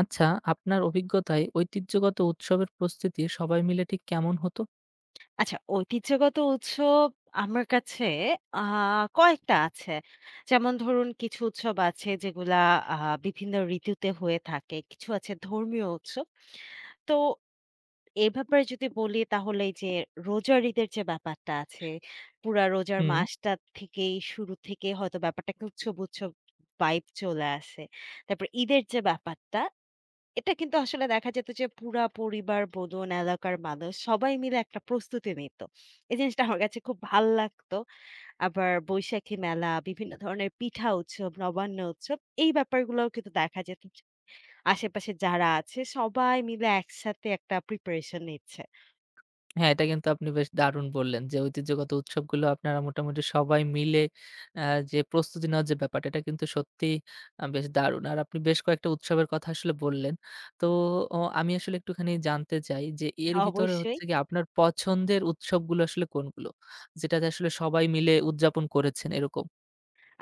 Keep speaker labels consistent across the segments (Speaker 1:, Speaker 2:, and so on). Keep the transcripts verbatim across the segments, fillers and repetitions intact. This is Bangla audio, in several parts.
Speaker 1: আচ্ছা, আপনার অভিজ্ঞতায় ঐতিহ্যগত উৎসবের প্রস্তুতি সবাই মিলে ঠিক কেমন হতো?
Speaker 2: আচ্ছা, ঐতিহ্যগত উৎসব আমার কাছে আ কয়েকটা আছে। যেমন ধরুন কিছু উৎসব আছে যেগুলা আ বিভিন্ন ঋতুতে হয়ে থাকে। কিছু আছে ধর্মীয় উৎসব। তো এ ব্যাপারে যদি বলি তাহলে এই যে রোজার ঈদের যে ব্যাপারটা আছে, পুরা রোজার
Speaker 1: হুম।
Speaker 2: মাসটা থেকেই শুরু থেকে হয়তো ব্যাপারটাকে উৎসব, উৎসব ভাইব চলে আসে। তারপর ঈদের যে ব্যাপারটা এটা কিন্তু আসলে দেখা যেত যে পুরা পরিবার বলুন, এলাকার মানুষ সবাই মিলে একটা প্রস্তুতি নিত। এই জিনিসটা আমার কাছে খুব ভাল লাগতো। আবার বৈশাখী মেলা, বিভিন্ন ধরনের পিঠা উৎসব, নবান্ন উৎসব এই ব্যাপারগুলোও কিন্তু দেখা যেত যে আশেপাশে যারা আছে সবাই মিলে একসাথে একটা প্রিপারেশন নিচ্ছে।
Speaker 1: হ্যাঁ, এটা কিন্তু আপনি বেশ দারুণ বললেন যে ঐতিহ্যগত উৎসবগুলো আপনারা মোটামুটি সবাই মিলে আ যে প্রস্তুতি নেওয়ার যে ব্যাপারটা এটা কিন্তু সত্যিই আ বেশ দারুণ। আর আপনি বেশ কয়েকটা উৎসবের কথা আসলে বললেন। তো অ আমি আসলে একটুখানি জানতে চাই যে এর ভিতরে
Speaker 2: অবশ্যই।
Speaker 1: হচ্ছে গিয়ে আপনার পছন্দের উৎসবগুলো আসলে কোনগুলো? যেটাতে আসলে সবাই মিলে উদযাপন করেছেন এরকম?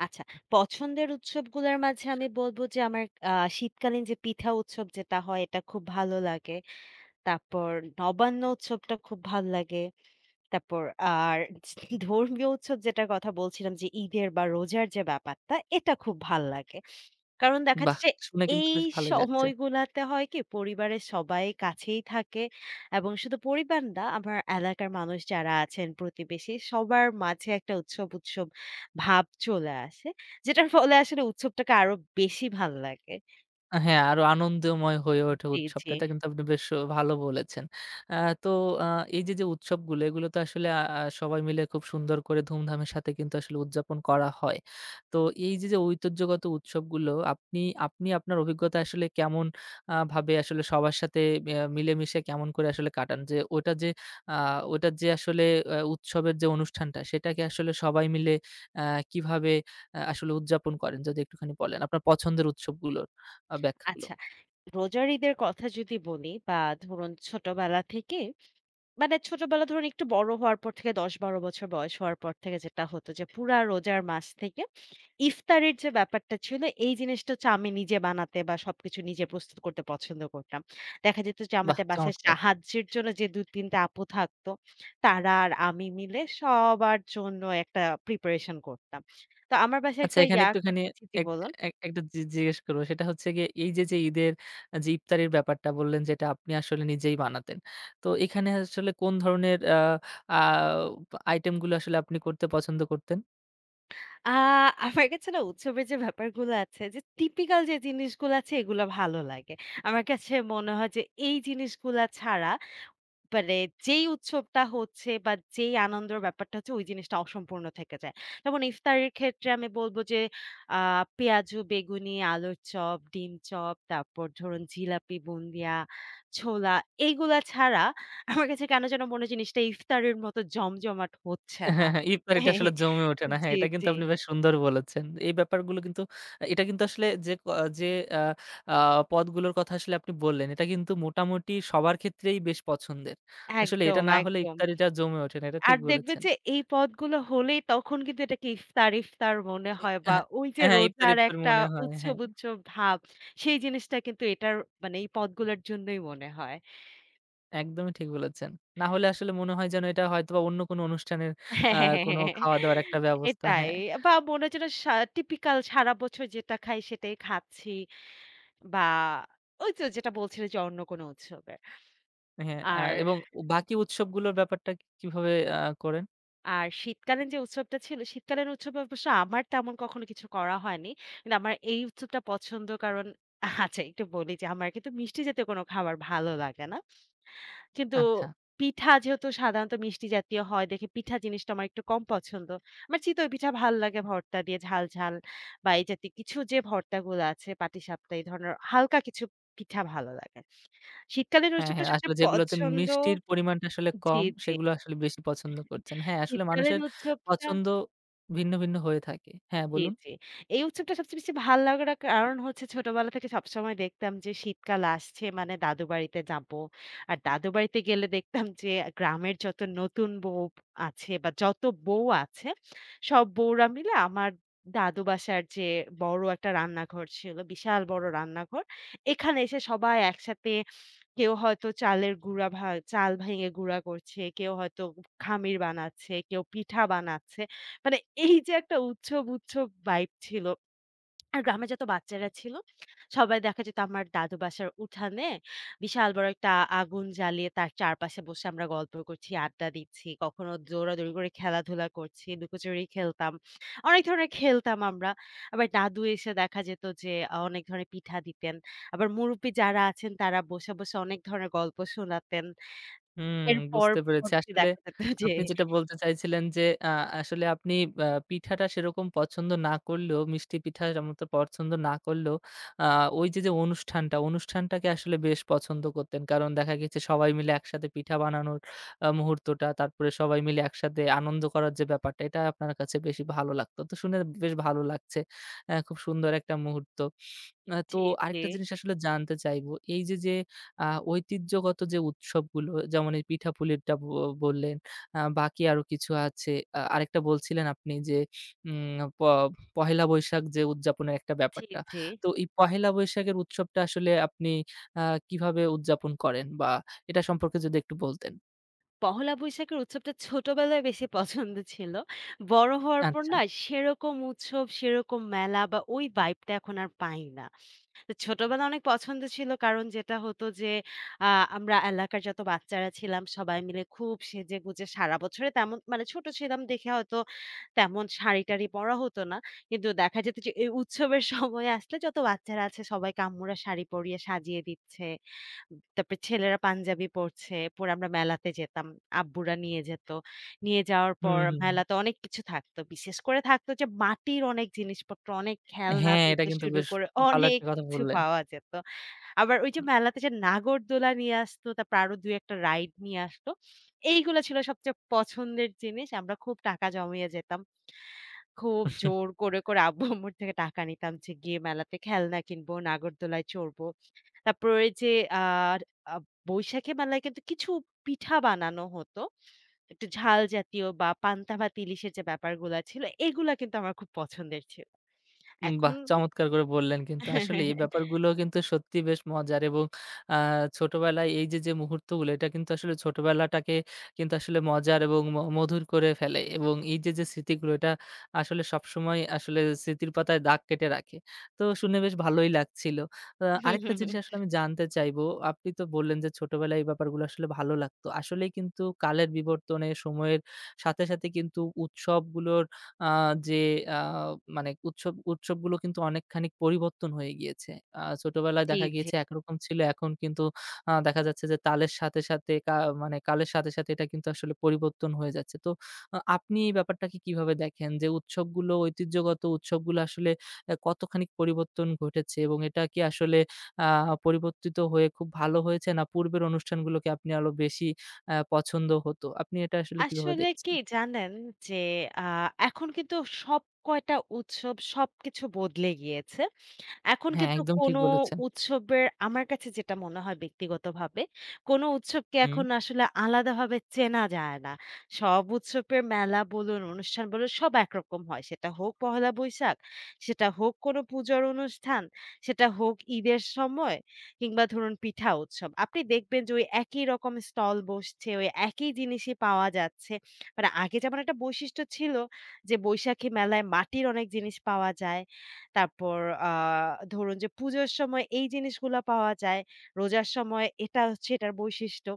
Speaker 2: আচ্ছা, পছন্দের উৎসবগুলোর মাঝে আমি বলব যে আমার আ শীতকালীন যে পিঠা উৎসব যেটা হয় এটা খুব ভালো লাগে। তারপর নবান্ন উৎসবটা খুব ভাল লাগে। তারপর আর ধর্মীয় উৎসব যেটার কথা বলছিলাম যে ঈদের বা রোজার যে ব্যাপারটা, এটা খুব ভাল লাগে। কারণ দেখা
Speaker 1: বাহ!
Speaker 2: যাচ্ছে যে
Speaker 1: শুনে কিন্তু
Speaker 2: এই
Speaker 1: বেশ ভালোই লাগছে।
Speaker 2: সময়গুলাতে হয় কি পরিবারের সবাই কাছেই থাকে এবং শুধু পরিবার না আমার এলাকার মানুষ যারা আছেন, প্রতিবেশী সবার মাঝে একটা উৎসব, উৎসব ভাব চলে আসে। যেটার ফলে আসলে উৎসবটাকে আরো বেশি ভাল লাগে।
Speaker 1: আ হ্যাঁ, আরো আনন্দময় হয়ে ওঠে
Speaker 2: জি,
Speaker 1: উৎসবটা।
Speaker 2: জি।
Speaker 1: এটা কিন্তু আপনি বেশ ভালো বলেছেন। আ তো আ এই যে, যে উৎসবগুলো এগুলো তো আসলে আ আ সবাই মিলে খুব সুন্দর করে ধুমধামের সাথে কিন্তু আসলে উদযাপন করা হয়। তো এই যে, যে ঐতিহ্যগত উৎসবগুলো আপনি আপনি আপনার অভিজ্ঞতা আসলে কেমন আ ভাবে আসলে সবার সাথে আ মিলেমিশে কেমন করে আসলে কাটান? যে ওটা যে আ ওটার যে আসলে আ উৎসবের যে অনুষ্ঠানটা সেটাকে আসলে সবাই মিলে আ কিভাবে আ আসলে উদযাপন করেন? যদি একটুখানি বলেন। আপনার পছন্দের উৎসবগুলো। আ ব্যাখ্যাগুলো।
Speaker 2: আচ্ছা, রোজার ঈদের কথা যদি বলি বা ধরুন ছোটবেলা থেকে মানে ছোটবেলা ধরুন একটু বড় হওয়ার পর থেকে দশ বারো বছর বয়স হওয়ার পর থেকে যেটা হতো যে পুরা রোজার মাস থেকে ইফতারের যে ব্যাপারটা ছিল এই জিনিসটা হচ্ছে আমি নিজে বানাতে বা সবকিছু নিজে প্রস্তুত করতে পছন্দ করতাম। দেখা যেত যে
Speaker 1: বাহ!
Speaker 2: আমাদের বাসায়
Speaker 1: চমৎকার।
Speaker 2: সাহায্যের জন্য যে দুই তিন টা আপু থাকতো তারা আর আমি মিলে সবার জন্য একটা প্রিপারেশন করতাম। তো আমার বাসায়
Speaker 1: আচ্ছা
Speaker 2: একটা
Speaker 1: এখানে
Speaker 2: ইয়া কর
Speaker 1: একটুখানি
Speaker 2: জি, জি
Speaker 1: এক
Speaker 2: বলুন।
Speaker 1: এক একটা জি জিজ্ঞেস করব। সেটা হচ্ছে গিয়ে এই যে, যে ঈদের আ যে ইফতারির ব্যাপারটা বললেন যেটা আপনি আসলে নিজেই বানাতেন। তো এখানে আসলে কোন ধরনের আ আ আইটেমগুলো আসলে আপনি করতে পছন্দ করতেন?
Speaker 2: আ আমার কাছে না উৎসবের যে ব্যাপারগুলো আছে যে টিপিক্যাল যে জিনিসগুলো আছে এগুলো ভালো লাগে। আমার কাছে মনে হয় যে এই জিনিসগুলা ছাড়া মানে যেই উৎসবটা হচ্ছে বা যেই আনন্দের ব্যাপারটা হচ্ছে ওই জিনিসটা অসম্পূর্ণ থেকে যায়। যেমন ইফতারের ক্ষেত্রে আমি বলব যে আ পেঁয়াজু, বেগুনি, আলুর চপ, ডিম চপ, তারপর ধরুন জিলাপি, বুন্দিয়া, ছোলা এইগুলা ছাড়া আমার কাছে কেন যেন মনে হয় জিনিসটা ইফতারের মতো জমজমাট হচ্ছে না।
Speaker 1: হ্যাঁ, হ্যাঁ, ইফতারিটা আসলে জমে ওঠে না। হ্যাঁ,
Speaker 2: জি,
Speaker 1: এটা কিন্তু
Speaker 2: জি।
Speaker 1: আপনি বেশ সুন্দর বলেছেন। এই ব্যাপারগুলো কিন্তু এটা কিন্তু আসলে যে ক যে আ আ পদগুলোর কথা আসলে আপনি বললেন, এটা কিন্তু মোটামুটি সবার ক্ষেত্রেই বেশ পছন্দের। আসলে এটা
Speaker 2: একদম,
Speaker 1: না হলে
Speaker 2: একদম।
Speaker 1: ইফতারিটা জমে ওঠে না। এটা ঠিক
Speaker 2: আর দেখবেন
Speaker 1: বলেছেন।
Speaker 2: যে এই পদগুলো হলেই তখন কিন্তু এটাকে ইফতার, ইফতার মনে
Speaker 1: এ
Speaker 2: হয় বা
Speaker 1: হ্যাঁ,
Speaker 2: ওই যে
Speaker 1: হ্যাঁ, ইফতার,
Speaker 2: রোজার
Speaker 1: ইফতার
Speaker 2: একটা
Speaker 1: মনে হয়।
Speaker 2: উৎসব,
Speaker 1: হ্যাঁ,
Speaker 2: উৎসব ভাব সেই জিনিসটা কিন্তু এটার মানে এই পদগুলোর জন্যই মনে হয়।
Speaker 1: একদমই ঠিক বলেছেন। না হলে আসলে মনে হয় যেন এটা হয়তোবা অন্য কোনো অনুষ্ঠানের আ কোনো
Speaker 2: হ্যাঁ,
Speaker 1: খাওয়া-দাওয়ার একটা ব্যবস্থা।
Speaker 2: এটাই।
Speaker 1: হ্যাঁ,
Speaker 2: বা মনে হয় যেন সা টিপিক্যাল সারা বছর যেটা খাই সেটাই খাচ্ছি বা ওই তো যেটা বলছিলেন যে অন্য কোনো উৎসবে।
Speaker 1: হ্যাঁ, আ
Speaker 2: আর
Speaker 1: এবং বাকি উৎসবগুলোর ব্যাপারটা কিভাবে আ করেন?
Speaker 2: আর শীতকালীন যে উৎসবটা ছিল, শীতকালীন উৎসবে অবশ্য আমার তেমন কখনো কিছু করা হয়নি। কিন্তু আমার এই উৎসবটা পছন্দ কারণ আচ্ছা, একটু বলি যে আমার কিন্তু মিষ্টি জাতীয় কোনো খাবার ভালো লাগে না। কিন্তু
Speaker 1: আচ্ছা।
Speaker 2: পিঠা যেহেতু সাধারণত মিষ্টি জাতীয় হয় দেখে পিঠা জিনিসটা আমার একটু কম পছন্দ। আমার চিতই পিঠা ভাল লাগে ভর্তা দিয়ে ঝাল, ঝাল বা এই জাতীয় কিছু যে ভর্তাগুলো আছে পাটিসাপটা এই ধরনের হালকা কিছু পিঠা ভালো লাগে। শীতকালীন
Speaker 1: হ্যাঁ,
Speaker 2: উৎসবটা
Speaker 1: হ্যাঁ, আসলে
Speaker 2: সবচেয়ে
Speaker 1: যেগুলোতে
Speaker 2: পছন্দ।
Speaker 1: মিষ্টির পরিমাণটা আসলে
Speaker 2: জি,
Speaker 1: কম,
Speaker 2: জি।
Speaker 1: সেগুলো আসলে বেশি পছন্দ করছেন। হ্যাঁ, আসলে
Speaker 2: শীতকালীন
Speaker 1: মানুষের
Speaker 2: উৎসবটা
Speaker 1: পছন্দ ভিন্ন, ভিন্ন হয়ে থাকে। হ্যাঁ,
Speaker 2: জি,
Speaker 1: বলুন।
Speaker 2: জি। এই উৎসবটা সবচেয়ে বেশি ভাল লাগার কারণ হচ্ছে ছোটবেলা থেকে সবসময় দেখতাম যে শীতকাল আসছে মানে দাদু বাড়িতে যাবো। আর দাদু বাড়িতে গেলে দেখতাম যে গ্রামের যত নতুন বউ আছে বা যত বউ আছে সব বউরা মিলে আমার দাদু বাসার যে বড় একটা রান্নাঘর ছিল, বিশাল বড় রান্নাঘর। এখানে এসে সবাই একসাথে কেউ হয়তো চালের গুঁড়া ভা চাল ভেঙে গুঁড়া করছে, কেউ হয়তো খামির বানাচ্ছে, কেউ পিঠা বানাচ্ছে। মানে এই যে একটা উৎসব, উৎসব ভাইব ছিল। আর গ্রামে যত বাচ্চারা ছিল, সবাই দেখা যেত আমার দাদু বাসার উঠানে বিশাল বড় একটা আগুন জ্বালিয়ে তার চারপাশে বসে আমরা গল্প করছি, আড্ডা দিচ্ছি। কখনো দৌড়াদৌড়ি করে খেলাধুলা করছি, লুকোচুরি খেলতাম। অনেক ধরনের খেলতাম আমরা। আবার দাদু এসে দেখা যেত যে আ অনেক ধরনের পিঠা দিতেন। আবার মুরুব্বি যারা আছেন তারা বসে, বসে অনেক ধরনের গল্প শোনাতেন।
Speaker 1: হুম,
Speaker 2: এরপর
Speaker 1: বুঝতে পেরেছি।
Speaker 2: পরবর্তী
Speaker 1: আসলে
Speaker 2: দেখা যেত যে
Speaker 1: আপনি যেটা বলতে চাইছিলেন যে, আ আসলে আপনি আ পিঠাটা সেরকম পছন্দ না করলেও, মিষ্টি পিঠা যেমন তো পছন্দ না করলেও, আ ওই যে, যে অনুষ্ঠানটা, অনুষ্ঠানটাকে আসলে বেশ পছন্দ করতেন। কারণ দেখা গেছে সবাই মিলে একসাথে পিঠা বানানোর আ মুহূর্তটা, তারপরে সবাই মিলে একসাথে আনন্দ করার যে ব্যাপারটা, এটা আপনার কাছে বেশি ভালো লাগতো। তো শুনে বেশ ভালো লাগছে। অ্যা খুব সুন্দর একটা মুহূর্ত। আ তো
Speaker 2: জি, জি,
Speaker 1: আরেকটা জিনিস আসলে জানতে চাইবো। এই যে, যে, আ ঐতিহ্যগত যে, উৎসবগুলো যেমন এই পিঠাপুলিরটা ব বললেন, আ বাকি আরো কিছু আছে। আ আরেকটা বলছিলেন আপনি যে, উম প পহেলা বৈশাখ যে, উদযাপনের একটা
Speaker 2: জি,
Speaker 1: ব্যাপারটা।
Speaker 2: জি।
Speaker 1: তো এই পহেলা বৈশাখের উৎসবটা আসলে আপনি আ কিভাবে উদযাপন করেন বা এটা সম্পর্কে যদি একটু বলতেন?
Speaker 2: পহেলা বৈশাখের উৎসবটা ছোটবেলায় বেশি পছন্দ ছিল। বড় হওয়ার পর
Speaker 1: আচ্ছা।
Speaker 2: না সেরকম উৎসব, সেরকম মেলা বা ওই ভাইবটা এখন আর পাই না। তো ছোটবেলা অনেক পছন্দ ছিল কারণ যেটা হতো যে আ আমরা এলাকার যত বাচ্চারা ছিলাম সবাই মিলে খুব সেজেগুজে সারা বছরে তেমন মানে ছোট ছিলাম দেখে হয়তো তেমন শাড়ি-টাড়ি পরা হতো না। কিন্তু দেখা যেত যে এই উৎসবের সময় আসলে যত বাচ্চারা আছে সবাইকে আম্মুরা শাড়ি পরিয়ে সাজিয়ে দিচ্ছে। তারপরে ছেলেরা পাঞ্জাবি পরছে। পরে আমরা মেলাতে যেতাম। আব্বুরা নিয়ে যেত। নিয়ে যাওয়ার
Speaker 1: হুম,
Speaker 2: পর
Speaker 1: হুম, হুম।
Speaker 2: মেলাতে অনেক কিছু থাকতো। বিশেষ করে থাকতো যে মাটির অনেক জিনিসপত্র, অনেক খেলনা
Speaker 1: হ্যাঁ, এটা
Speaker 2: থেকে
Speaker 1: কিন্তু
Speaker 2: শুরু
Speaker 1: বেশ
Speaker 2: করে
Speaker 1: ভালো
Speaker 2: অনেক
Speaker 1: একটা কথা
Speaker 2: কিছু
Speaker 1: বললেন।
Speaker 2: পাওয়া যেত। আবার ওই যে মেলাতে যে নাগরদোলা নিয়ে আসতো, তারপর আরো দুই এক টা রাইড নিয়ে আসতো। এইগুলা ছিল সবচেয়ে পছন্দের জিনিস। আমরা খুব টাকা জমিয়ে যেতাম। খুব জোর করে, করে আব্বু-আম্মুর থেকে টাকা নিতাম যে গিয়ে মেলাতে খেলনা কিনবো, নাগরদোলায় চড়বো। তারপর ওই যে আ আ বৈশাখী মেলায় কিন্তু কিছু পিঠা বানানো হতো। একটু ঝাল জাতীয় বা পান্তা ভাত ইলিশের যে ব্যাপারগুলা ছিল, এগুলা কিন্তু আমার খুব পছন্দের ছিল।
Speaker 1: উম
Speaker 2: এখন
Speaker 1: বাহ! চমৎকার করে বললেন কিন্তু আসলে এই ব্যাপারগুলো কিন্তু সত্যি বেশ মজার এবং আ ছোটবেলায় এই যে, যে মুহূর্তগুলো এটা কিন্তু আসলে ছোটবেলাটাকে কিন্তু আসলে মজার এবং ম মধুর করে ফেলে এবং এই যে, যে স্মৃতিগুলো এটা আসলে সবসময় আসলে স্মৃতির পাতায় দাগ কেটে রাখে। তো শুনে বেশ ভালোই লাগছিল। আ আরেকটা জিনিস আসলে আমি জানতে চাইবো, আপনি তো বললেন যে ছোটবেলায় এই ব্যাপারগুলো আসলে ভালো লাগতো। আসলেই কিন্তু কালের বিবর্তনে সময়ের সাথে, সাথে কিন্তু উৎসবগুলোর আ যে আ মানে উৎসব উৎসবগুলো কিন্তু অনেকখানি পরিবর্তন হয়ে গিয়েছে। আ ছোটবেলায়
Speaker 2: জি,
Speaker 1: দেখা
Speaker 2: জি।
Speaker 1: গিয়েছে একরকম ছিল, এখন কিন্তু আ দেখা যাচ্ছে যে তালের সাথে, সাথে কা মানে কালের সাথে, সাথে এটা কিন্তু আসলে পরিবর্তন হয়ে যাচ্ছে। তো আ আপনি এই ব্যাপারটাকে কিভাবে দেখেন যে উৎসবগুলো ঐতিহ্যগত উৎসবগুলো আসলে আ কতখানি পরিবর্তন ঘটেছে এবং এটা কি আসলে আ পরিবর্তিত হয়ে খুব ভালো হয়েছে না পূর্বের অনুষ্ঠানগুলোকে আপনি আরো বেশি আ পছন্দ হতো? আপনি এটা আসলে কিভাবে
Speaker 2: আসলে কি
Speaker 1: দেখছেন?
Speaker 2: জানেন যে আ এখন কিন্তু সব কয়টা উৎসব সবকিছু বদলে গিয়েছে। এখন
Speaker 1: হ্যাঁ,
Speaker 2: কিন্তু
Speaker 1: একদম ঠিক
Speaker 2: কোনো
Speaker 1: বলেছেন।
Speaker 2: উৎসবের আমার কাছে যেটা মনে হয় ব্যক্তিগতভাবে, কোনো উৎসবকে
Speaker 1: হুম।
Speaker 2: এখন আসলে আলাদাভাবে চেনা যায় না। সব উৎসবের মেলা বলুন, অনুষ্ঠান বলুন সব একরকম হয়। সেটা হোক পহেলা বৈশাখ, সেটা হোক কোনো পুজোর অনুষ্ঠান, সেটা হোক ঈদের সময় কিংবা ধরুন পিঠা উৎসব। আপনি দেখবেন যে ওই একই রকম স্টল বসছে, ওই একই জিনিসই পাওয়া যাচ্ছে। মানে আগে যেমন একটা বৈশিষ্ট্য ছিল যে বৈশাখী মেলায় মাটির অনেক জিনিস পাওয়া যায়। তারপর আ ধরুন যে পুজোর সময় এই জিনিসগুলা পাওয়া যায়। রোজার সময় এটা হচ্ছে এটার বৈশিষ্ট্য।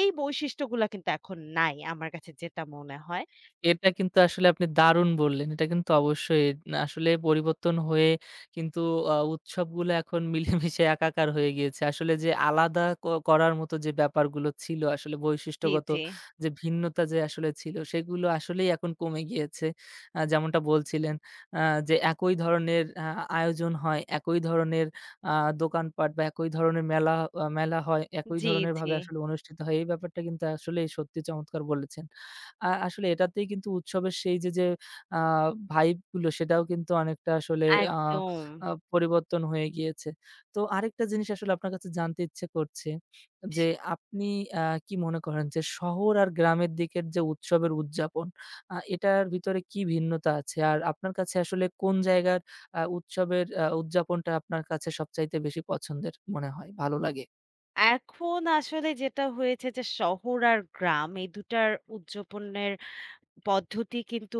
Speaker 2: এই বৈশিষ্ট্যগুলা কিন্তু এখন নাই আমার কাছে যেটা মনে হয়।
Speaker 1: এটা কিন্তু আসলে আপনি দারুণ বললেন। এটা কিন্তু অবশ্যই না আসলে পরিবর্তন হয়ে কিন্তু আ উৎসবগুলো এখন মিলেমিশে একাকার হয়ে গিয়েছে। আসলে যে আলাদা ক করার মতো যে ব্যাপারগুলো ছিল আসলে
Speaker 2: জি,
Speaker 1: বৈশিষ্ট্যগত
Speaker 2: জি।
Speaker 1: যে ভিন্নতা যে আসলে ছিল সেগুলো আসলেই এখন কমে গিয়েছে। আ যেমনটা বলছিলেন আ যে একই ধরনের আ আয়োজন হয়, একই ধরনের আ দোকানপাট বা একই ধরনের মেলা আ মেলা হয়, একই
Speaker 2: জি,
Speaker 1: ধরনের
Speaker 2: জি।
Speaker 1: ভাবে আসলে অনুষ্ঠিত হয়। এই ব্যাপারটা কিন্তু আসলেই সত্যি চমৎকার বলেছেন। আ আসলে এটাতেই কিন্তু উৎসবের সেই যে, যে আ ভাইব গুলো সেটাও কিন্তু অনেকটা আসলে আ
Speaker 2: একদম।
Speaker 1: আ পরিবর্তন হয়ে গিয়েছে। তো আরেকটা জিনিস আসলে আপনার কাছে জানতে ইচ্ছে করছে যে,
Speaker 2: সে
Speaker 1: আপনি আ কি মনে করেন যে, শহর আর গ্রামের দিকের যে উৎসবের উদযাপন আ এটার ভিতরে কি ভিন্নতা আছে? আর আপনার কাছে আসলে কোন জায়গার আ উৎসবের আ উদযাপনটা আপনার কাছে সবচাইতে বেশি পছন্দের মনে হয়, ভালো লাগে?
Speaker 2: এখন আসলে যেটা হয়েছে যে শহর আর গ্রাম এই দুই টার উদযাপনের পদ্ধতি কিন্তু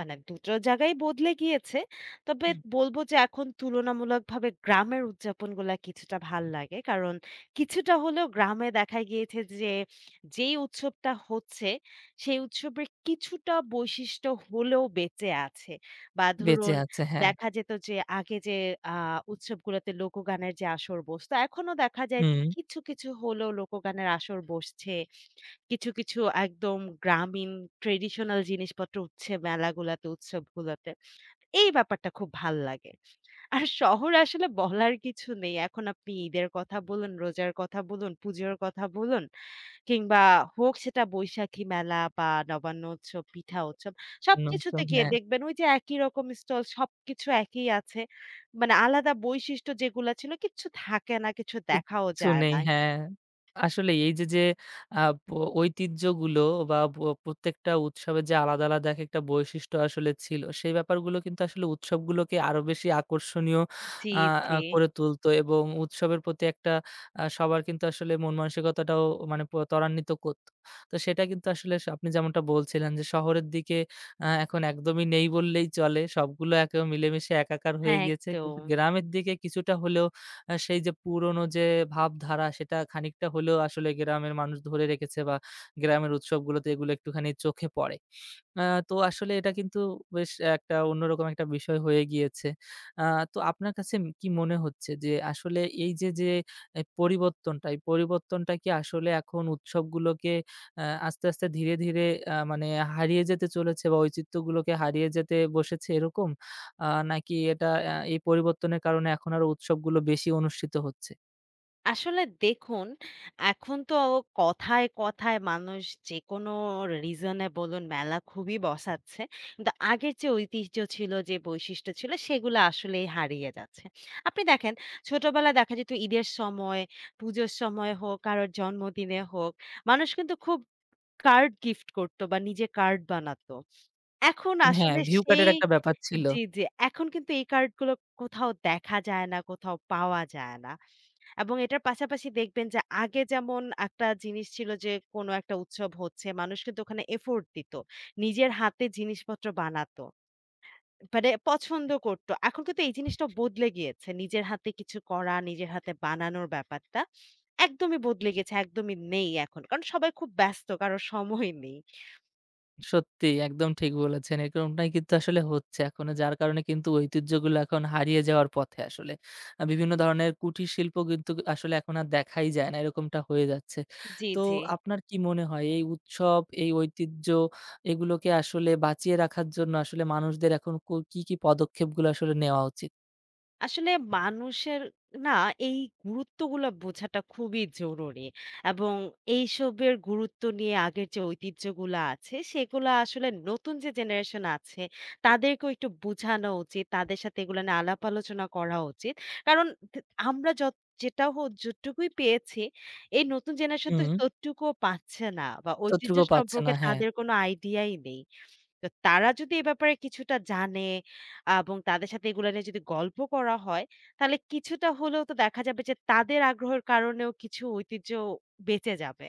Speaker 2: মানে দুটো জায়গায় বদলে গিয়েছে। তবে
Speaker 1: হুম।
Speaker 2: বলব যে এখন তুলনামূলকভাবে গ্রামের উদযাপনগুলা কিছুটা ভাল লাগে। কারণ কিছুটা হলেও গ্রামে দেখা গিয়েছে যে, যেই উৎসবটা হচ্ছে সেই উৎসবের কিছুটা বৈশিষ্ট্য হলেও বেঁচে আছে। বা
Speaker 1: বেঁচে
Speaker 2: ধরুন
Speaker 1: আছে হ্যাঁ।
Speaker 2: দেখা যেত যে আগে যে আ উৎসবগুলোতে লোকগানের যে আসর বসতো, এখনো দেখা যায় যে
Speaker 1: হুম,
Speaker 2: কিছু, কিছু হলেও লোকগানের আসর বসছে। কিছু, কিছু একদম গ্রামীণ ট্র্যাডিশনাল জিনিসপত্র উঠছে মেলাগুলাতে, উৎসবগুলাতে। এই ব্যাপারটা খুব ভাল লাগে। আর শহরে আসলে বলার কিছু নেই। এখন আপনি ঈদের কথা বলুন, রোজার কথা বলুন, পুজোর কথা বলুন কিংবা হোক সেটা বৈশাখী মেলা বা নবান্ন উৎসব, পিঠা উৎসব
Speaker 1: অন্য
Speaker 2: সবকিছুতে
Speaker 1: উৎসব
Speaker 2: গিয়ে
Speaker 1: হ্যাঁ।
Speaker 2: দেখবেন ওই যে একই রকম স্টল সবকিছু একই আছে। মানে আলাদা বৈশিষ্ট্য যেগুলা ছিল কিচ্ছু থাকে না, কিছু দেখাও
Speaker 1: কিচ্ছু
Speaker 2: যায়
Speaker 1: নেই,
Speaker 2: না।
Speaker 1: হ্যাঁ। আসলেই এই যে, যে আ প ঐতিহ্যগুলো বা প প্রত্যেকটা উৎসবের যে আলাদা, আলাদা একেকটা বৈশিষ্ট্য আসলে ছিল, সেই ব্যাপারগুলো কিন্তু আসলে উৎসবগুলোকে আরো বেশি আকর্ষণীয়
Speaker 2: জি,
Speaker 1: আ আ
Speaker 2: জি।
Speaker 1: করে তুলতো এবং উৎসবের প্রতি একটা আ সবার কিন্তু আসলে মন মানসিকতাটাও মানে প ত্বরান্বিত করতো। তো সেটা কিন্তু আসলে স আপনি যেমনটা বলছিলেন যে, শহরের দিকে আ এখন একদমই নেই বললেই চলে। সবগুলো একে মিলেমিশে একাকার হয়ে
Speaker 2: হ্যাঁ,
Speaker 1: গিয়েছে।
Speaker 2: একদম।
Speaker 1: কিন্তু গ্রামের দিকে কিছুটা হলেও আ সেই যে পুরনো যে ভাবধারা সেটা খানিকটা হলেও আসলে গ্রামের মানুষ ধরে রেখেছে বা গ্রামের উৎসবগুলোতে এগুলো একটুখানি চোখে পড়ে। আ তো আসলে এটা কিন্তু বেশ একটা অন্যরকম একটা বিষয় হয়ে গিয়েছে। আ তো আপনার কাছে উম কি মনে হচ্ছে যে আসলে এই যে, যে এ পরিবর্তনটা, এই পরিবর্তনটা কি আসলে এখন উৎসবগুলোকে আ আস্তে, আস্তে ধীরে, ধীরে আ মানে হারিয়ে যেতে চলেছে বা ঐচিত্যগুলোকে হারিয়ে যেতে বসেছে এরকম? আ নাকি এটা অ্যা এই পরিবর্তনের কারণে এখন আরো উৎসবগুলো বেশি অনুষ্ঠিত হচ্ছে।
Speaker 2: আসলে দেখুন, এখন তো কথায়, কথায় মানুষ যেকোনো রিজনে বলুন মেলা খুবই বসাচ্ছে। কিন্তু আগের যে ঐতিহ্য ছিল, যে বৈশিষ্ট্য ছিল সেগুলো আসলেই হারিয়ে যাচ্ছে। আপনি দেখেন ছোটবেলায় দেখা যেত ঈদের সময়, পুজোর সময় হোক, কারোর জন্মদিনে হোক, মানুষ কিন্তু খুব কার্ড গিফট করত বা নিজে কার্ড বানাতো। এখন
Speaker 1: হ্যাঁ,
Speaker 2: আসলে
Speaker 1: ভিউ
Speaker 2: সেই
Speaker 1: কাটের একটা ব্যাপার ছিল।
Speaker 2: জি, জি। এখন কিন্তু এই কার্ডগুলো কোথাও দেখা যায় না, কোথাও পাওয়া যায় না। এবং এটার পাশাপাশি দেখবেন যে আগে যেমন একটা জিনিস ছিল যে কোনো একটা উৎসব হচ্ছে মানুষ কিন্তু ওখানে এফোর্ট দিত। নিজের হাতে জিনিসপত্র বানাতো। মানে পছন্দ করত। এখন কিন্তু এই জিনিসটা বদলে গিয়েছে। নিজের হাতে কিছু করা, নিজের হাতে বানানোর ব্যাপারটা একদমই বদলে গেছে। একদমই নেই এখন। কারণ সবাই খুব ব্যস্ত কারো সময় নেই।
Speaker 1: সত্যি একদম ঠিক বলেছেন। এরকমটাই কিন্তু আসলে হচ্ছে এখন যার কারণে কিন্তু ঐতিহ্যগুলো এখন হারিয়ে যাওয়ার পথে আসলে। আ বিভিন্ন ধরনের কুটির শিল্প কিন্তু আসলে এখন আর দেখাই যায় না। এরকমটা হয়ে যাচ্ছে।
Speaker 2: জি,
Speaker 1: তো
Speaker 2: জি।
Speaker 1: আপনার কি মনে হয় এই উৎসব, এই ঐতিহ্য এগুলোকে আসলে বাঁচিয়ে রাখার জন্য আসলে মানুষদের এখন কো কি, কি পদক্ষেপগুলো আসলে নেওয়া উচিত?
Speaker 2: আসলে মানুষের না এই গুরুত্বগুলো বোঝাটা খুবই জরুরি এবং এইসবের গুরুত্ব নিয়ে আগের যে ঐতিহ্যগুলো আছে সেগুলো আসলে নতুন যে জেনারেশন আছে তাদেরকেও একটু বোঝানো উচিত তাদের সাথে এগুলো নিয়ে আলাপ আলোচনা করা উচিত কারণ তে- আমরা যত যেটা হোক যতটুকুই পেয়েছি এই নতুন জেনারেশন তো
Speaker 1: হুম,
Speaker 2: ততটুকুও পাচ্ছে না বা ঐতিহ্য
Speaker 1: ততটুকুও পাচ্ছে না।
Speaker 2: সম্পর্কে
Speaker 1: হ্যাঁ।
Speaker 2: তাদের কোনো আইডিয়াই নেই তো তারা যদি এ ব্যাপারে কিছুটা জানে এবং তাদের সাথে এগুলা নিয়ে যদি গল্প করা হয়, তাহলে কিছুটা হলেও তো দেখা যাবে যে তাদের আগ্রহের কারণেও কিছু ঐতিহ্য বেঁচে যাবে।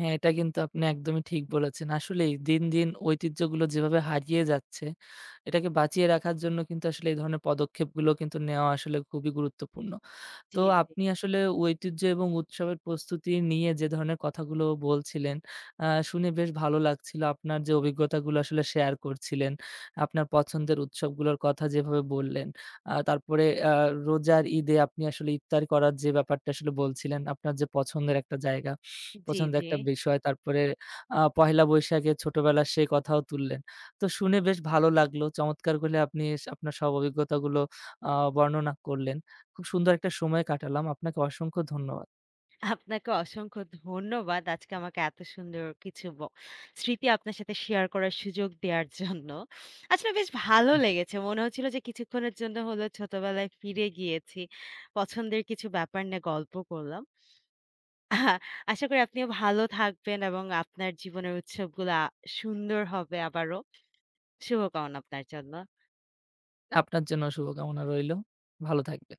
Speaker 1: হ্যাঁ, এটা কিন্তু আপনি একদমই ঠিক বলেছেন। আসলেই দিন, দিন ঐতিহ্যগুলো যেভাবে হারিয়ে যাচ্ছে, এটাকে বাঁচিয়ে রাখার জন্য কিন্তু আসলে এই ধরনের পদক্ষেপগুলো কিন্তু নেওয়া আসলে খুবই গুরুত্বপূর্ণ। তো
Speaker 2: জি, জি।
Speaker 1: আপনি আসলে ঐতিহ্য এবং উৎসবের প্রস্তুতি নিয়ে যে ধরনের কথাগুলো বলছিলেন, আ শুনে বেশ ভালো লাগছিল। আপনার যে অভিজ্ঞতাগুলো আসলে শেয়ার করছিলেন, আপনার পছন্দের উৎসবগুলোর কথা যেভাবে বললেন। আ তারপরে আ রোজার ঈদে আপনি আসলে ইফতার করার যে ব্যাপারটা আসলে বলছিলেন, আপনার যে পছন্দের একটা জায়গা,
Speaker 2: জি,
Speaker 1: পছন্দের
Speaker 2: জি।
Speaker 1: একটা বিষয়। তারপরে আ পহেলা বৈশাখে ছোটবেলার সেই কথাও তুললেন। তো শুনে বেশ ভালো লাগলো। চমৎকার করে আপনি আপনার সব অভিজ্ঞতাগুলো আ বর্ণনা করলেন। খুব সুন্দর একটা সময় কাটালাম। আপনাকে অসংখ্য ধন্যবাদ।
Speaker 2: আপনাকে অসংখ্য ধন্যবাদ। আজকে আমাকে এত সুন্দর কিছু ব স্মৃতি আপনার সাথে শেয়ার করার সুযোগ দেওয়ার জন্য। আসলে বেশ ভালো লেগেছে। মনে হচ্ছিল যে কিছুক্ষণের জন্য হলেও ছোটবেলায় ফিরে গিয়েছি। পছন্দের কিছু ব্যাপার নিয়ে গল্প করলাম। আহা, আশা করি আপনিও ভালো থাকবেন এবং আপনার জীবনের উৎসবগুলা সুন্দর হবে আবারও। শুভকামনা আপনার জন্য।
Speaker 1: আপনার জন্য শুভকামনা রইলো। ভালো থাকবেন।